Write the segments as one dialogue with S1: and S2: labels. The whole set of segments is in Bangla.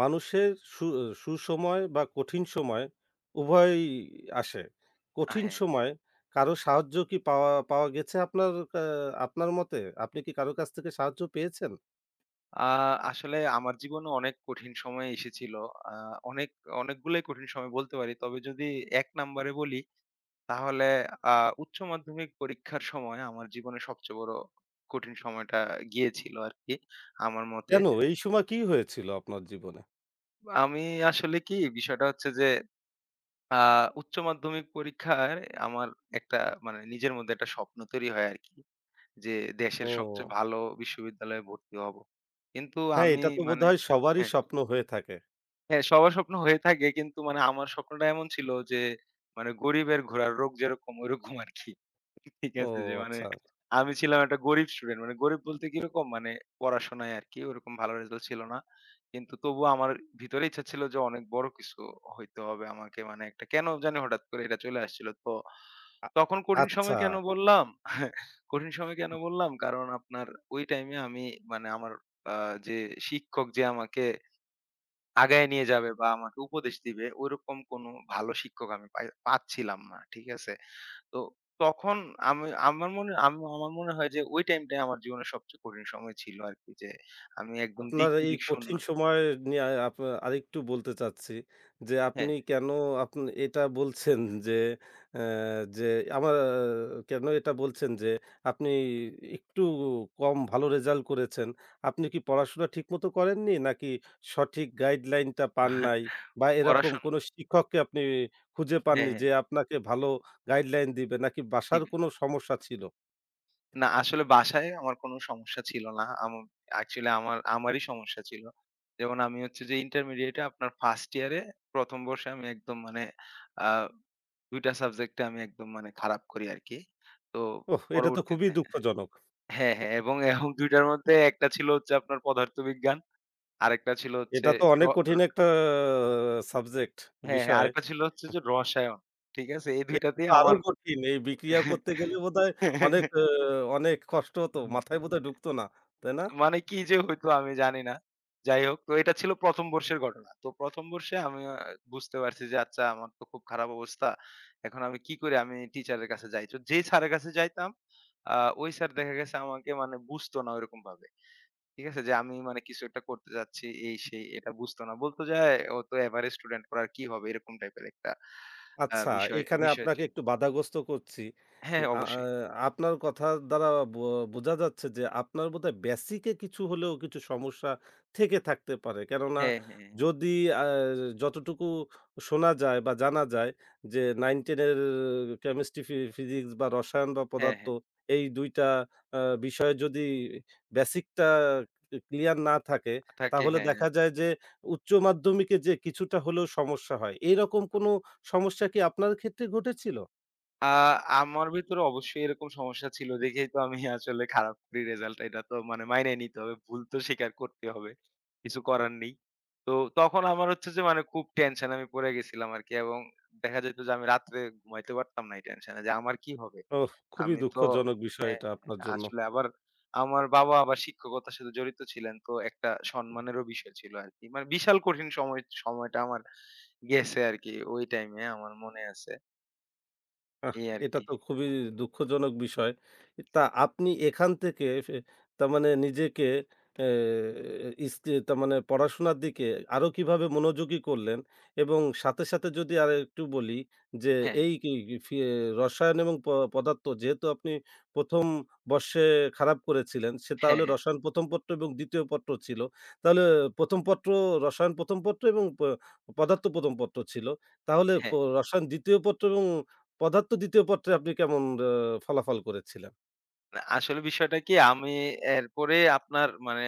S1: মানুষের সু সুসময় বা কঠিন সময় উভয়ই আসে। কঠিন
S2: হ্যাঁ।
S1: সময়ে কারো সাহায্য কি পাওয়া পাওয়া গেছে আপনার মতে? আপনি কি কারো কাছ থেকে সাহায্য পেয়েছেন?
S2: আ আসলে আমার জীবনে অনেক কঠিন সময় এসেছিল। আ অনেক অনেকগুলোই কঠিন সময় বলতে পারি। তবে যদি ১ নাম্বারে বলি, তাহলে আ উচ্চ মাধ্যমিক পরীক্ষার সময় আমার জীবনে সবচেয়ে বড় কঠিন সময়টা গিয়েছিল আরকি, আমার মতে।
S1: কেন? এই সময় কি হয়েছিল আপনার জীবনে?
S2: আমি আসলে কি, বিষয়টা হচ্ছে যে আ উচ্চ মাধ্যমিক পরীক্ষায় আমার একটা মানে নিজের মধ্যে একটা স্বপ্ন তৈরি হয় আরকি। যে দেশের সবচেয়ে
S1: ও!
S2: ভালো বিশ্ববিদ্যালয়ে ভর্তি হব। কিন্তু
S1: হ্যাঁ,
S2: আমি
S1: এটা তো
S2: মানে
S1: বোধহয় সবারই স্বপ্ন হয়ে থাকে।
S2: হ্যাঁ, সবার স্বপ্ন হয়ে থাকে, কিন্তু মানে আমার স্বপ্নটা এমন ছিল যে মানে গরিবের ঘোড়ার রোগ যেরকম ওইরকম আরকি। ঠিক
S1: ও
S2: আছে? যে মানে
S1: আচ্ছা।
S2: আমি ছিলাম একটা গরিব স্টুডেন্ট। মানে গরিব বলতে কিরকম মানে পড়াশোনায় আরকি ওরকম ভালো রেজাল্ট ছিল না। কিন্তু তবুও আমার ভিতরে ইচ্ছা ছিল যে অনেক বড় কিছু হইতে হবে আমাকে, মানে একটা কেন জানি হঠাৎ করে এটা চলে আসছিল। তো
S1: আ
S2: তখন কঠিন সময়
S1: আচ্ছা।
S2: কেন বললাম? কঠিন সময় কেন বললাম? কারণ আপনার ওই টাইমে আমি মানে আমার আ যে শিক্ষক যে আমাকে আগায় নিয়ে যাবে বা আমাকে উপদেশ দিবে, ওইরকম কোনো ভালো শিক্ষক আমি পাচ্ছিলাম না। ঠিক আছে? তো তখন আমি আমার মনে হয় যে ওই টাইমটাই আমার জীবনের সবচেয়ে কঠিন সময় ছিল আরকি, যে আমি একদম
S1: আপনার এই
S2: দিক-বিদিক শূন্য।
S1: কঠিন সময় নিয়ে আরেকটু বলতে চাচ্ছি যে,
S2: হ্যাঁ।
S1: আপনি এটা বলছেন যে, অ্যা যে আমার কেন এটা বলছেন যে, আপনি একটু কম ভালো রেজাল্ট করেছেন? আপনি কি পড়াশোনা ঠিকমতো করেননি? নাকি সঠিক গাইডলাইনটা পান নাই? বা এরকম
S2: পড়াশোনা।
S1: কোনো শিক্ষককে আপনি খুঁজে
S2: হ্যাঁ,
S1: পাননি
S2: হ্যাঁ।
S1: যে, আপনাকে ভালো গাইডলাইন দিবে? নাকি
S2: জি।
S1: বাসার কোনো সমস্যা ছিল?
S2: না, আসলে বাসায় আমার কোনো সমস্যা ছিল না। অ্যাকচুয়ালি আমারই সমস্যা ছিল। যেমন আমি হচ্ছে যে ইন্টারমিডিয়েটে আপনার ফার্স্ট ইয়ারে ১ম বর্ষে আমি একদম মানে আ ২ টা সাবজেক্টে আমি একদম মানে খারাপ করি আরকি। তো
S1: ওহ! এটা তো খুবই
S2: পরবর্তীতে,
S1: দুঃখজনক।
S2: হ্যাঁ, হ্যাঁ, এবং এবং ২ টার মধ্যে একটা ছিল হচ্ছে আপনার পদার্থবিজ্ঞান, আরেকটা ছিল হচ্ছে
S1: এটা তো
S2: র
S1: অনেক
S2: র
S1: কঠিন একটা সাবজেক্ট,
S2: হ্যাঁ, হ্যাঁ,
S1: বিষয়।
S2: আরেকটা ছিল হচ্ছে যে রসায়ন। ঠিক আছে? এই ২
S1: এটা তো
S2: টাতেই
S1: আরো
S2: আমার।
S1: কঠিন। এই বিক্রিয়া করতে গেলে বোধহয় অনেক, অ অনেক কষ্ট হতো। মাথায় বোধহয় ঢুকতো না। তাই না?
S2: মানে কি যে হইতো আমি জানি না। যাই হোক, তো এটা ছিল ১ম বর্ষের ঘটনা। তো ১ম বর্ষে আমি বুঝতে পারছি যে আচ্ছা, আমার তো খুব খারাপ অবস্থা। এখন আমি কি করি? আমি টিচারের কাছে যাই। তো যেই স্যারের কাছে যাইতাম, আ ওই স্যার দেখা গেছে আমাকে মানে বুঝতো না ওইরকমভাবে। ঠিক আছে? যে আমি মানে কিছু একটা করতে যাচ্ছি, এই সেই এটা বুঝতো না। বলতো যে, "এ, ও তো এভারেজ স্টুডেন্ট, ওর আর কি হবে?" এরকম টাইপের একটা আ
S1: আচ্ছা,
S2: বিষয়
S1: এখানে
S2: বিষয়
S1: আপনাকে
S2: ছিল।
S1: একটু বাধাগ্রস্ত করছি।
S2: হ্যাঁ,
S1: আ আ
S2: অবশ্যই।
S1: আপনার কথার দ্বারা বো বোঝা যাচ্ছে যে আপনার বোধহয় বেসিক এ কিছু হলেও কিছু সমস্যা থেকে থাকতে পারে। কেননা
S2: হ্যাঁ, হ্যাঁ, হ্যাঁ।
S1: যদি আ যতটুকু শোনা যায় বা জানা যায় যে 9-10 এর কেমিস্ট্রি, ফিজিক্স বা রসায়ন বা
S2: হ্যাঁ,
S1: পদার্থ
S2: হ্যাঁ।
S1: এই ২ টা আ বিষয়ে যদি বেসিকটা ক্লিয়ার না থাকে
S2: থাকে,
S1: তাহলে
S2: হ্যাঁ। হ্যাঁ।
S1: দেখা যায় যে উচ্চ মাধ্যমিকে যে কিছুটা হলেও সমস্যা হয়। এরকম কোনো সমস্যা কি আপনার ক্ষেত্রে ঘটেছিল?
S2: আ আমার ভেতরে অবশ্যই এরকম সমস্যা ছিল, দেখেই তো আমি আসলে খারাপ করি রেজাল্ট। এটা তো মানে মাইনায় নিতে হবে। ভুল তো স্বীকার করতে হবে। কিছু করার নেই। তো তখন আমার হচ্ছে যে মানে খুব টেনশন আমি পড়ে গেছিলাম আরকি, এবং দেখা যেত যে আমি রাত্রে ঘুমাইতে পারতাম না এই টেনশনে যে আমার কি হবে?
S1: ওহ! খুবই
S2: আমি তো,
S1: দুঃখজনক বিষয়
S2: হ্যাঁ,
S1: এটা
S2: হ্যাঁ,
S1: আপনার জন্য।
S2: আসলে আবার আমার বাবা আবার শিক্ষকতার সাথে জড়িত ছিলেন। তো একটা সম্মানেরও বিষয় ছিল আরকি। মানে বিশাল কঠিন সময়টা আমার গেছে আরকি। ওই টাইমে আমার মনে আছে।
S1: আহ!
S2: এই
S1: এটা
S2: আরকি।
S1: তো খুবই দুঃখজনক বিষয়। তা আপনি এখান থেকে তার মানে নিজেকে এ ইসকে তার মানে পড়াশোনার দিকে আরো কিভাবে মনোযোগী করলেন? এবং সাথে, সাথে যদি আরেকটু বলি যে
S2: হ্যাঁ।
S1: এই কি ফি রসায়ন এবং পদার্থ যেহেতু আপনি ১ম বর্ষে খারাপ করেছিলেন, তাহলে
S2: হ্যাঁ, হ্যাঁ,
S1: রসায়ন ১ম পত্র এবং ২য় পত্র ছিল। তাহলে ১ম পত্র রসায়ন ১ম পত্র এবং পদার্থ ১ম পত্র ছিল। তাহলে
S2: হ্যাঁ।
S1: রসায়ন ২য় পত্র এবং পদার্থ ২য় পত্রে আপনি কেমন আ ফলাফল করেছিলেন?
S2: না, আসলে বিষয়টা কি, আমি এরপরে আপনার মানে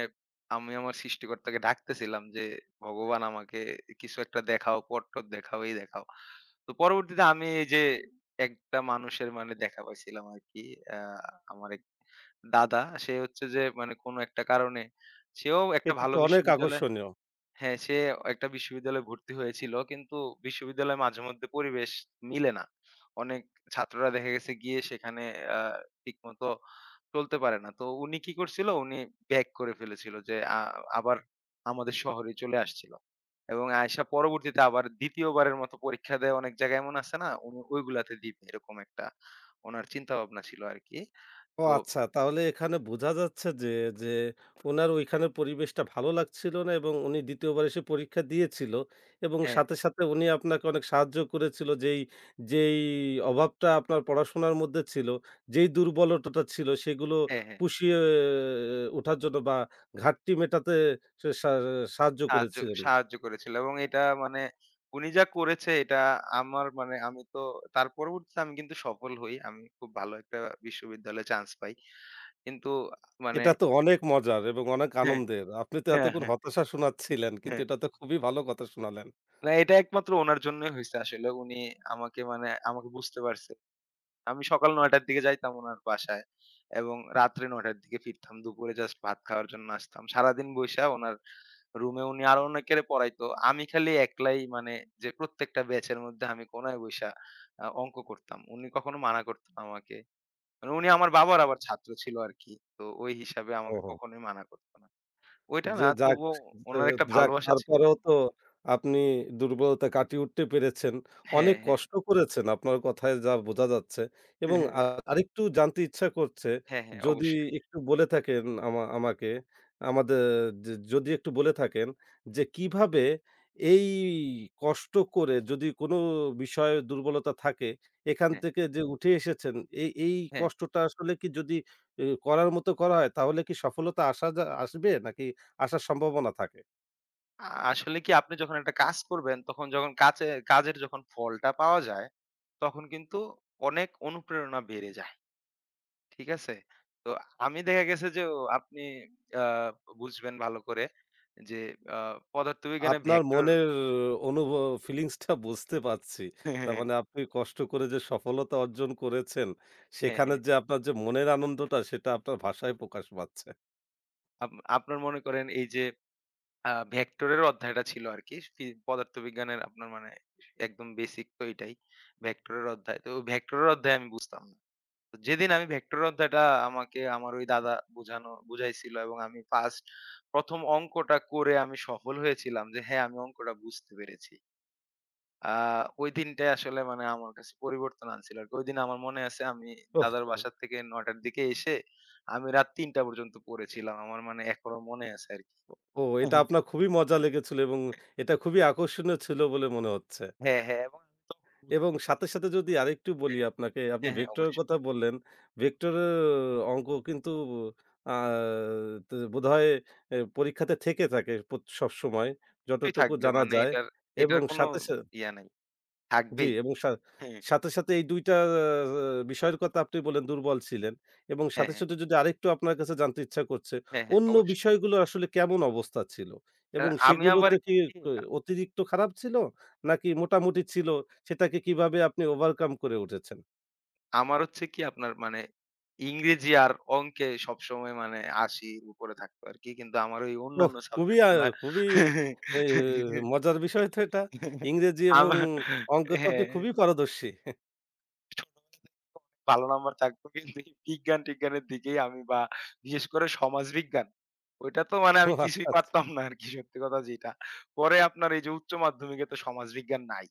S2: আমি আমার সৃষ্টিকর্তাকে ডাকতেছিলাম যে, "ভগবান আমাকে কিছু একটা দেখাও, পথ-টথ দেখাও, এই দেখাও।" তো পরবর্তীতে আমি এই যে একটা মানুষের মানে দেখা পাইছিলাম আরকি। আ আমার এক দাদা, সে হচ্ছে যে মানে কোনো একটা কারণে সেও একটা
S1: এটা তো
S2: ভালো
S1: অনেক
S2: বিশ্ববিদ্যালয়ে।
S1: আকর্ষণীয়।
S2: হ্যাঁ, সে একটা বিশ্ববিদ্যালয়ে ভর্তি হয়েছিল। কিন্তু বিশ্ববিদ্যালয়ে মাঝে মধ্যে পরিবেশ মিলে না। অনেক ছাত্ররা দেখা গেছে গিয়ে সেখানে আ ঠিকমতো চলতে পারে না। তো উনি কি করছিল? উনি ব্যাক করে ফেলেছিল, যে আবার আমাদের শহরে চলে আসছিল। এবং আইসা পরবর্তীতে আবার ২য় বারের মতো পরীক্ষা দেয়, অনেক জায়গায় এমন আছে না? উনি ওইগুলাতে দিবে, এরকম একটা উনার চিন্তাভাবনা ছিল আরকি।
S1: ও
S2: তো
S1: আচ্ছা, তাহলে এখানে বোঝা যাচ্ছে যে উনার ওইখানের পরিবেশটা ভালো লাগছিল না এবং উনি ২য় বার এসে পরীক্ষা দিয়েছিল এবং
S2: হ্যাঁ,
S1: সাথে, সাথে উনি আপনাকে অনেক সাহায্য করেছিল। যেই অভাবটা আপনার পড়াশোনার মধ্যে ছিল, যেই দুর্বলতাটা ছিল সেগুলো
S2: হ্যাঁ, হ্যাঁ।
S1: পুষিয়ে ওঠার জন্য বা ঘাটতি মেটাতে সে সা সাহায্য
S2: সাহায্য
S1: করেছিলেন।
S2: সাহায্য করেছিল, এবং এটা মানে উনি যা করেছে এটা আমার মানে, আমি তো তার পরবর্তীতে আমি কিন্তু সফল হই। আমি খুব ভালো একটা বিশ্ববিদ্যালয়ে চান্স পাই। কিন্তু মানে
S1: এটা তো অনেক মজার এবং অনেক
S2: হ্যাঁ,
S1: আনন্দের। আপনি তো
S2: হ্যাঁ,
S1: এতক্ষণ
S2: হ্যাঁ,
S1: হতাশা শোনাচ্ছিলেন, কিন্তু
S2: হ্যাঁ।
S1: এটা তো খুবই ভালো কথা শোনালেন।
S2: না, এটা একমাত্র উনার জন্যই হইছে আসলে। উনি আমাকে মানে আমাকে বুঝতে পারছে। আমি সকাল ৯ টার দিকে যাইতাম উনার বাসায়, এবং রাত্রে ৯ টার দিকে ফিরতাম। দুপুরে জাস্ট ভাত খাওয়ার জন্য আসতাম। সারাদিন বইসা উনার রুমে উনি আরো অনেকেরে পড়াইতো। আমি খালি একলাই মানে যে প্রত্যেকটা ব্যাচের মধ্যে আমি কোনায় বইসা অঙ্ক করতাম। উনি কখনো মানা করতো না আমাকে। মানে উনি আমার বাবার আবার ছাত্র ছিল আরকি। তো ওই হিসাবে আমাকে
S1: ওহো!
S2: কখনোই মানা করতো না। ওইটা
S1: যা
S2: না,
S1: যাক
S2: তবুও
S1: আ
S2: ওনার একটা
S1: যাক
S2: ভালোবাসা ছিল।
S1: তারপরেও তো আপনি দুর্বলতা কাটিয়ে উঠতে পেরেছেন।
S2: হ্যাঁ,
S1: অনেক
S2: হ্যাঁ।
S1: কষ্ট করেছেন আপনার কথায় যা বোঝা যাচ্ছে এবং আরেকটু জানতে ইচ্ছা করছে
S2: হ্যাঁ, হ্যাঁ,
S1: যদি
S2: অবশ্যই।
S1: একটু বলে থাকেন আমা আমাকে আমাদের য যদি একটু বলে থাকেন যে কিভাবে এই কষ্ট করে যদি কোনো বিষয়ে দুর্বলতা থাকে এখান
S2: হ্যাঁ,
S1: থেকে যে উঠে এসেছেন এই এই
S2: হ্যাঁ।
S1: কষ্টটা আসলে কি যদি করার মতো করা হয় তাহলে কি সফলতা আসা যা আসবে নাকি আসার সম্ভাবনা থাকে।
S2: আ আসলে কি, আপনি যখন একটা কাজ করবেন তখন যখন কাজের যখন ফলটা পাওয়া যায়, তখন কিন্তু অনেক অনুপ্রেরণা বেড়ে যায়। ঠিক আছে? তো আমি দেখা গেছে যে ও, আপনি আ বুঝবেন ভালো করে যে আ পদার্থবিজ্ঞানে
S1: আপনার
S2: ভেক্টর।
S1: মনের অনুভ ফিলিংসটা বুঝতে পারছি। তার মানে আপনি কষ্ট করে যে সফলতা অর্জন করেছেন,
S2: হ্যাঁ,
S1: সেখানে
S2: হ্যাঁ।
S1: যে আপনার যে মনের আনন্দটা সেটা আপনার ভাষায় প্রকাশ পাচ্ছে।
S2: আপ আপনার মনে করেন এই যে ভেক্টরের অধ্যায়টা ছিল আরকি। পদার্থবিজ্ঞানের আপনার মানে একদম বেসিক তো এটাই। ভেক্টরের অধ্যায়। তো ভেক্টরের অধ্যায় আমি বুঝতাম না। তো যেদিন আমি ভেক্টরের অধ্যায়টা আমাকে আমার ওই দাদা বুঝাইছিল, এবং আমি ১ম অঙ্কটা করে আমি সফল হয়েছিলাম যে হ্যাঁ, আমি অঙ্কটা বুঝতে পেরেছি। আ ওই দিনটাই আসলে মানে আমার কাছে পরিবর্তন আনছিল আরকি। ওইদিন আমার মনে আছে, আমি
S1: ওহ!
S2: দাদার বাসা থেকে ৯ টার দিকে এসে আমি রাত ৩ টা পর্যন্ত পড়েছিলাম। আমার মানে এখনো মনে আছে আরকি।
S1: ও
S2: হু,
S1: এটা
S2: হু।
S1: আপনার খুবই মজা লেগেছিল এবং এটা খুবই আকর্ষণীয় ছিল বলে মনে হচ্ছে।
S2: হ্যাঁ, হ্যাঁ, এবং আমি তখন
S1: এবং
S2: বুঝতে,
S1: সাথে, সাথে যদি আরেকটু বলি
S2: হ্যাঁ,
S1: আপনাকে, আপনি
S2: হ্যাঁ, হ্যাঁ
S1: ভেক্টরের
S2: অবশ্যই
S1: কথা বললেন। ভেক্টরের অঙ্ক কিন্তু আ তে বোধহয় পরীক্ষাতে থেকে থাকে সবসময় যতটুকু
S2: থাকবে।
S1: জানা
S2: মানে
S1: যায়
S2: এটার
S1: এবং
S2: এটার কোনো
S1: সাথে
S2: ইয়া নাই।
S1: জি,
S2: থাকবেই।
S1: এবং
S2: হ্যাঁ,
S1: সাথে, সাথে এই ২ টা আ বিষয়ের কথা আপনি বললেন দুর্বল ছিলেন এবং
S2: হ্যাঁ,
S1: সাথে,
S2: হ্যাঁ,
S1: সাথে যদি আরেকটু আপনার কাছে জানতে ইচ্ছা করছে,
S2: হ্যাঁ, হ্যাঁ
S1: অন্য
S2: অবশ্যই।
S1: বিষয়গুলো আসলে কেমন অবস্থা ছিল?
S2: আ
S1: এবং
S2: আমি আবার
S1: সেগুলোতে কি
S2: কি,
S1: ক অতিরিক্ত খারাপ ছিল? নাকি মোটামুটি ছিল? সেটাকে কিভাবে আপনি ওভারকাম করে উঠেছেন?
S2: আমার হচ্ছে কি, আপনার মানে ইংরেজি আর অঙ্কে সবসময় মানে ৮০ উপরে থাকতো আরকি। কিন্তু আমার ওই
S1: ওহ!
S2: অন্যান্য সাবজেক্ট গুলা
S1: খুবই এ মজার বিষয় তো এটা। ইংরেজি এবং
S2: আমার,
S1: অঙ্কে তো আপনি
S2: হ্যাঁ,
S1: খুবই পারদর্শী।
S2: ভালো নাম্বার থাকতো, কিন্তু বিজ্ঞান-টিজ্ঞানের দিকেই আমি বা বিশেষ করে সমাজবিজ্ঞান। ওইটা তো মানে
S1: ও
S2: আমি
S1: আচ্ছা,
S2: কিছুই
S1: আচ্ছা।
S2: পারতাম না আরকি, সত্যি কথা যেটা। পরে আপনার এই যে উচ্চ মাধ্যমিকে তো সমাজবিজ্ঞান নাই।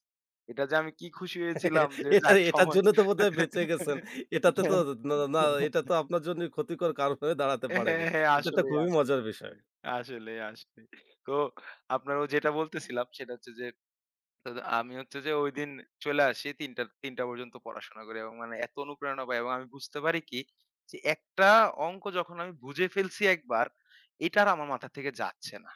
S2: এটা যে আমি কি খুশি হয়েছিলাম যে যাক
S1: এটার
S2: সমা।
S1: জন্য তো বোধহয় বেঁচে গেছেন। এটাতে তো না, না এটা তো আপনার জন্য ক্ষতিকর কারণ হয়ে দাঁড়াতে
S2: হ্যাঁ,
S1: পারেনি।
S2: হ্যাঁ। হ্যাঁ,
S1: এটা তো
S2: আসলেই,
S1: খুবই
S2: আসলেই।
S1: মজার বিষয়।
S2: আসলেই, আসলেই। তো আপনারও যেটা বলতেছিলাম সেটা হচ্ছে যে, তো আমি হচ্ছে যে ঐদিন চলে আসি, ৩টা পর্যন্ত পড়াশোনা করি, এবং মানে এত অনুপ্রেরণা পাই এবং আমি বুঝতে পারি কি, যে একটা অঙ্ক যখন আমি বুঝে ফেলছি একবার, এটা আর আমার মাথা থেকে যাচ্ছে না।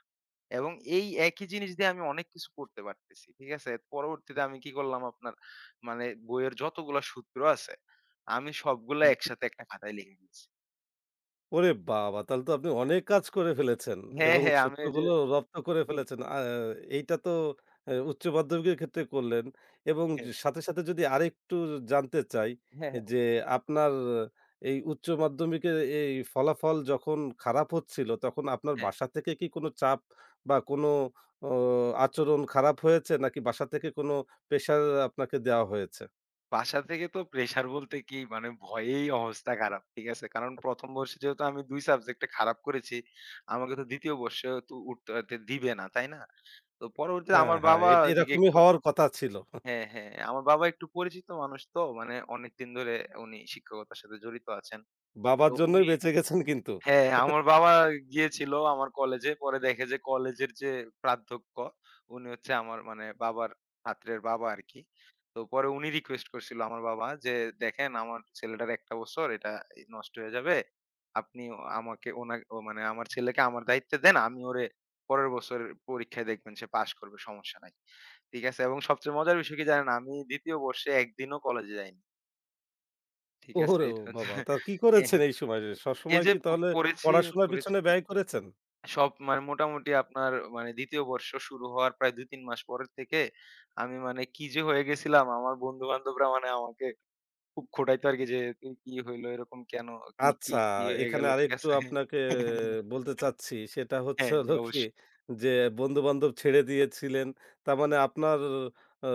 S2: এবং এই একই জিনিস দিয়ে আমি অনেক কিছু করতে পারতেছি। ঠিক আছে? পরবর্তীতে আমি কি করলাম আপনার, মানে বইয়ের যতগুলা সূত্র আছে আমি সবগুলা একসাথে একটা খাতায় লিখে নিয়েছি।
S1: ওরে বাবা! তাহলে তো আপনি অনেক কাজ করে ফেলেছেন
S2: হ্যাঁ,
S1: এবং
S2: হ্যাঁ। আমি ওই যে,
S1: সূত্রগুলো রপ্ত করে ফেলেছেন। এইটা তো উচ্চ মাধ্যমিকের ক্ষেত্রে করলেন এবং
S2: হ্যাঁ,
S1: যে সাথে, সাথে যদি আরেকটু জানতে চাই
S2: হ্যাঁ, হ্যাঁ,
S1: যে আপনার এই উচ্চ মাধ্যমিকের এই ফলাফল যখন খারাপ হচ্ছিল, তখন আপনার
S2: হ্যাঁ।
S1: বাসা থেকে কি কোনো চাপ বা কোনো অ আচরণ খারাপ হয়েছে নাকি বাসা থেকে কোনো প্রেশার আপনাকে দেওয়া হয়েছে?
S2: বাসা থেকে তো প্রেশার বলতে কি মানে ভয়েই অবস্থা খারাপ। ঠিক আছে? কারণ ১ম বর্ষে যেহেতু আমি ২ সাবজেক্টে খারাপ করেছি, আমাকে তো ২য় বর্ষে তো উঠতে দিবে না, তাই না? তো পরবর্তীতে
S1: হ্যাঁ,
S2: আমার
S1: হ্যাঁ,
S2: বাবা, আচ্ছা। ওইদিকে
S1: এরকমই
S2: একটু,
S1: হওয়ার কথা ছিল।
S2: হ্যাঁ, হ্যাঁ, আমার বাবা একটু পরিচিত মানুষ, তো মানে অনেকদিন ধরে উনি শিক্ষকতার সাথে জড়িত আছেন। তো
S1: বাবার
S2: উনি,
S1: জন্যই বেঁচে গেছেন কিন্তু।
S2: হ্যাঁ, আমার বাবা গিয়েছিল আমার কলেজে। পরে দেখে যে কলেজের যে প্রাধ্যক্ষ, উনি হচ্ছে আমার মানে বাবার ছাত্রের বাবা আরকি। তো পরে উনি রিকোয়েস্ট করছিল আমার বাবা যে, "দেখেন, আমার ছেলেটার ১ টা বছর এই নষ্ট হয়ে যাবে। আপনি আমাকে ওনা ও মানে আমার ছেলেকে আমার দায়িত্বে দেন। আমি ওরে পরের বছর পরীক্ষায় দেখবেন সে পাস করবে, সমস্যা নাই।" ঠিক আছে? এবং সবচেয়ে মজার বিষয় কি জানেন? আমি ২য় বর্ষে ১ দিনও কলেজে যাইনি। ঠিক আছে?
S1: ওরে
S2: এটা হচ্ছে,
S1: বাবা! তা কি
S2: হ্যাঁ,
S1: করেছেন এই সময়?
S2: এই
S1: সবসময়
S2: যে
S1: কি
S2: প
S1: তাহলে
S2: পড়েছি
S1: পড়াশোনার
S2: পড়েছি
S1: পিছনে ব্যয় করেছেন?
S2: সব, মানে মোটামুটি আপনার মানে ২য় বর্ষ শুরু হওয়ার প্রায় ২-৩ মাস পরের থেকে আমি মানে কি যে হয়ে গেছিলাম, আমার বন্ধু-বান্ধবরা মানে আমাকে খুব খোঁটাইতো আরকি যে, "তুই, কি হইলো? এরকম কেন? কি, কি,
S1: আচ্ছা,
S2: কি হয়ে
S1: এখানে
S2: গেল?" ঠিক
S1: আরেকটু
S2: আছে?
S1: আপনাকে বলতে চাচ্ছি সেটা
S2: হ্যাঁ, জি,
S1: হলো কি
S2: অবশ্যই।
S1: যে বন্ধু-বান্ধব ছেড়ে দিয়েছিলেন। তার মানে আপনার আ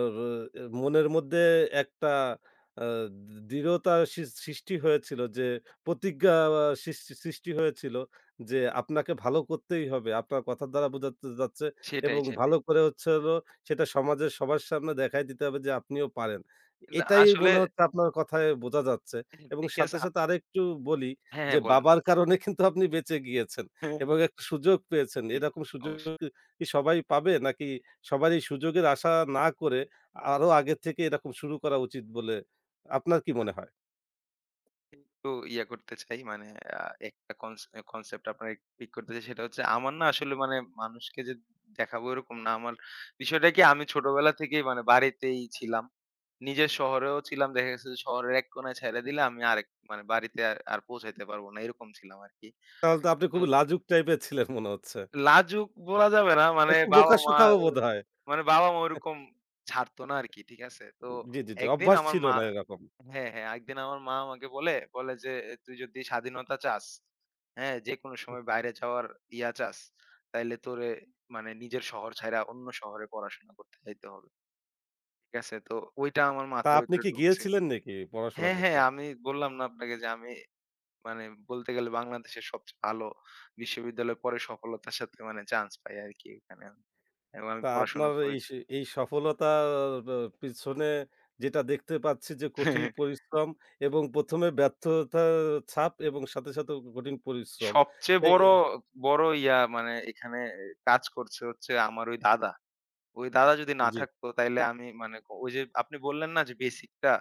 S1: মনের মধ্যে একটা আ দৃঢ়তা সৃষ্টি হয়েছিল যে প্রতিজ্ঞা সৃষ্টি হয়েছিল যে আপনাকে ভালো করতেই হবে। আপনার কথার দ্বারা বোঝাতে যাচ্ছে
S2: সেটাই,
S1: এবং ভালো
S2: সেটাই।
S1: করে হলো সেটা সমাজের সবার সামনে দেখায় দিতে হবে যে আপনিও পারেন।
S2: কিন্তু
S1: এটাই
S2: আসলে
S1: মনে হচ্ছে আপনার কথায় বোঝা যাচ্ছে। এবং
S2: ঠিক
S1: সাথে,
S2: আছে,
S1: সাথে আরেকটু বলি
S2: হ্যাঁ,
S1: যে
S2: হ্যাঁ, বলেন।
S1: বাবার কারণে কিন্তু আপনি বেঁচে গিয়েছেন
S2: হ্যাঁ,
S1: এবং একটা সুযোগ পেয়েছেন।
S2: জি,
S1: এরকম সুযোগ
S2: অবশ্যই।
S1: কি সবাই পাবে? নাকি সবার এই সুযোগের আশা না করে আরো আগে থেকে এরকম শুরু করা উচিত বলে আপনার কি মনে হয়?
S2: একটু ইয়া করতে চাই মানে, আ একটা কনসেপ্ট আপনার পিক করতে চাই, সেটা হচ্ছে আমার না, আসলে মানে মানুষকে যে দেখাবো এরকম না। আমার বিষয়টা কি, আমি ছোটবেলা থেকেই মানে বাড়িতেই ছিলাম। নিজের শহরেও ছিলাম। দেখা গেছে যে শহরের এক কোণায় ছাইড়া দিলে আমি আরেক মানে বাড়িতে আর পৌঁছাইতে পারবো না। এরকম ছিলাম আরকি।
S1: তাহলে তো আপনি
S2: তো
S1: খুবই লাজুক টাইপের ছিলেন মনে হচ্ছে।
S2: লাজুক বলা যাবে না। মানে
S1: একটু
S2: বাবা-মা,
S1: বোকা-শোখাও বোধহয়।
S2: মানে বাবা মা ওরকম ছাড়তো না আরকি। ঠিক আছে? তো
S1: জি, জি, জি।
S2: একদিন
S1: অভ্যাস
S2: আমার
S1: ছিল
S2: মা,
S1: না এরকম।
S2: হ্যাঁ, হ্যাঁ। একদিন আমার মা আমাকে বলে যে, "এ, তুই যদি স্বাধীনতা চাস, হ্যাঁ? যেকোনো সময় বাইরে যাওয়ার ইয়া চাস, তাইলে তোরে মানে নিজের শহর ছাইড়া অন্য শহরে পড়াশোনা করতে যাইতে হবে।" ঠিক আছে? তো ওইটা আমার
S1: তা
S2: মাথার
S1: আপনি
S2: ভিতরে
S1: কি
S2: ঢুকছিল।
S1: গিয়েছিলেন নাকি পড়াশোনা
S2: হ্যাঁ, হ্যাঁ।
S1: করতে?
S2: আমি বললাম না আপনাকে যে আমি, মানে বলতে গেলে বাংলাদেশের সবচেয়ে ভালো বিশ্ববিদ্যালয়ে পরে সফলতার সাথে মানে চান্স পাই আরকি ওখানে আমি। এবং আমি
S1: তা
S2: পড়াশোনা
S1: আপনার
S2: করেছি।
S1: এই সফলতার ব পিছনে যেটা দেখতে পাচ্ছি যে কঠিন পরিশ্রম এবং ১ম ব্যর্থতার ছাপ এবং সাথে, সাথে কঠিন পরিশ্রম।
S2: সবচেয়ে
S1: তো
S2: বড়, বড় ইয়া মানে এখানে কাজ করছে হচ্ছে আমার ওই দাদা। ওই দাদা যদি না
S1: জি।
S2: থাকতো তাইলে আমি মানে ওই যে আপনি বললেন না যে বেসিকটা,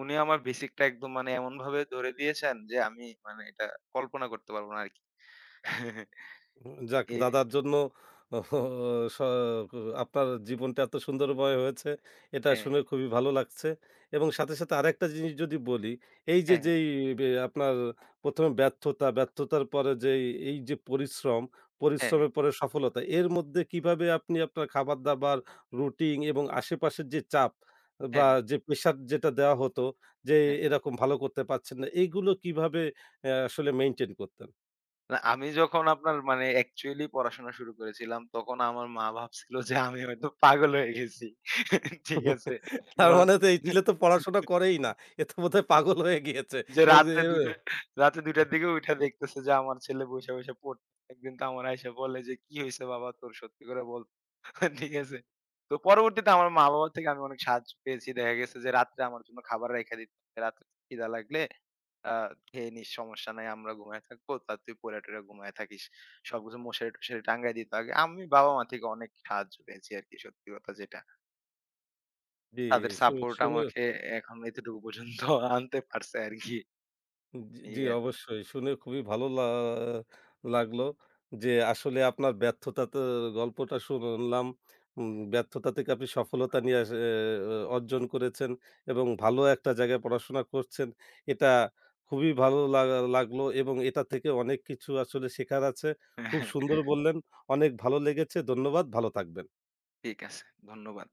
S2: উনি আমার বেসিকটা একদম মানে এমনভাবে ধরে দিয়েছেন যে আমি মানে এটা কল্পনা করতে পারব না আরকি।
S1: যাক
S2: এই,
S1: দাদার জন্য স আপনার জীবনটা এত সুন্দরময় হয়েছে এটা
S2: হ্যাঁ,
S1: শুনে খুবই ভালো লাগছে এবং সাথে, সাথে আরেকটা জিনিস যদি বলি, এই যে
S2: হ্যাঁ,
S1: যেই আপনার ১ম ব্যর্থতা, ব্যর্থতার পরে যেই এই যে পরিশ্রম,
S2: হ্যাঁ,
S1: পরিশ্রমের পরে সফলতা এর মধ্যে কিভাবে আপনি আপনার খাবার-দাবার, রুটিন এবং আশেপাশের যে চাপ বা
S2: হ্যাঁ,
S1: যে প্রেশার যেটা দেওয়া হতো যে
S2: হ্যাঁ।
S1: এরকম ভালো করতে পারছেন না, এগুলো কিভাবে আসলে মেইনটেইন করতেন?
S2: না, আমি যখন আপনার মানে অ্যাকচুয়ালি পড়াশোনা শুরু করেছিলাম তখন আমার মা ভাবছিল যে আমি হয়তো পাগল হয়ে গেছি। ঠিক আছে?
S1: তার
S2: কারণ
S1: মানে তো এই ছেলে তো পড়াশোনা করেই না। এ তো বোধহয় পাগল হয়ে গিয়েছে।
S2: যে
S1: এর
S2: রাত্রে ২ টা
S1: এর
S2: রাতে ২ টার দিকে উইঠা দেখতেছে যে আমার ছেলে বইসা, বইসা পড়তেছে। একদিন তো আমার আইসা বলে যে, "কি হইছে বাবা তোর? সত্যি করে বল।" ঠিক আছে? তো পরবর্তীতে আমার মা-বাবা থেকে আমি অনেক সাহায্য পেয়েছি। দেখা গেছে যে রাত্রে আমার জন্য খাবার রাইখা দিত। রাত্রে খিদা লাগলে, আ "খেয়ে নিস, সমস্যা নাই। আমরা ঘুমায় থাকবো। তা তুই পইড়া-টইড়া ঘুমায় থাকিস।" সবকিছু মশারি-টশারি টাঙ্গায় দিত আগে। আমি বাবা-মা থেকে অনেক সাহায্য পেয়েছি আরকি, সত্যি কথা যেটা।
S1: জি,
S2: তাদের
S1: শু
S2: সাপোর্ট
S1: শুনে
S2: আমাকে এখন এতটুকু পর্যন্ত আনতে পারছে আরকি।
S1: জি, জি
S2: এই আর
S1: অবশ্যই। শুনে খুবই ভালো লাগলো যে আসলে আপনার ব্যর্থতাতে গল্পটা শুনলাম। ব্যর্থতা থেকে আপনি সফলতা নিয়ে আস এ অর্জন করেছেন এবং ভালো একটা জায়গায় পড়াশোনা করছেন। এটা খুবই ভালো লাগলো এবং এটা থেকে অনেক কিছু আসলে শেখার আছে। খুব
S2: কি।
S1: সুন্দর বললেন। অনেক ভালো লেগেছে। ধন্যবাদ। ভালো থাকবেন।
S2: ঠিক আছে। ধন্যবাদ।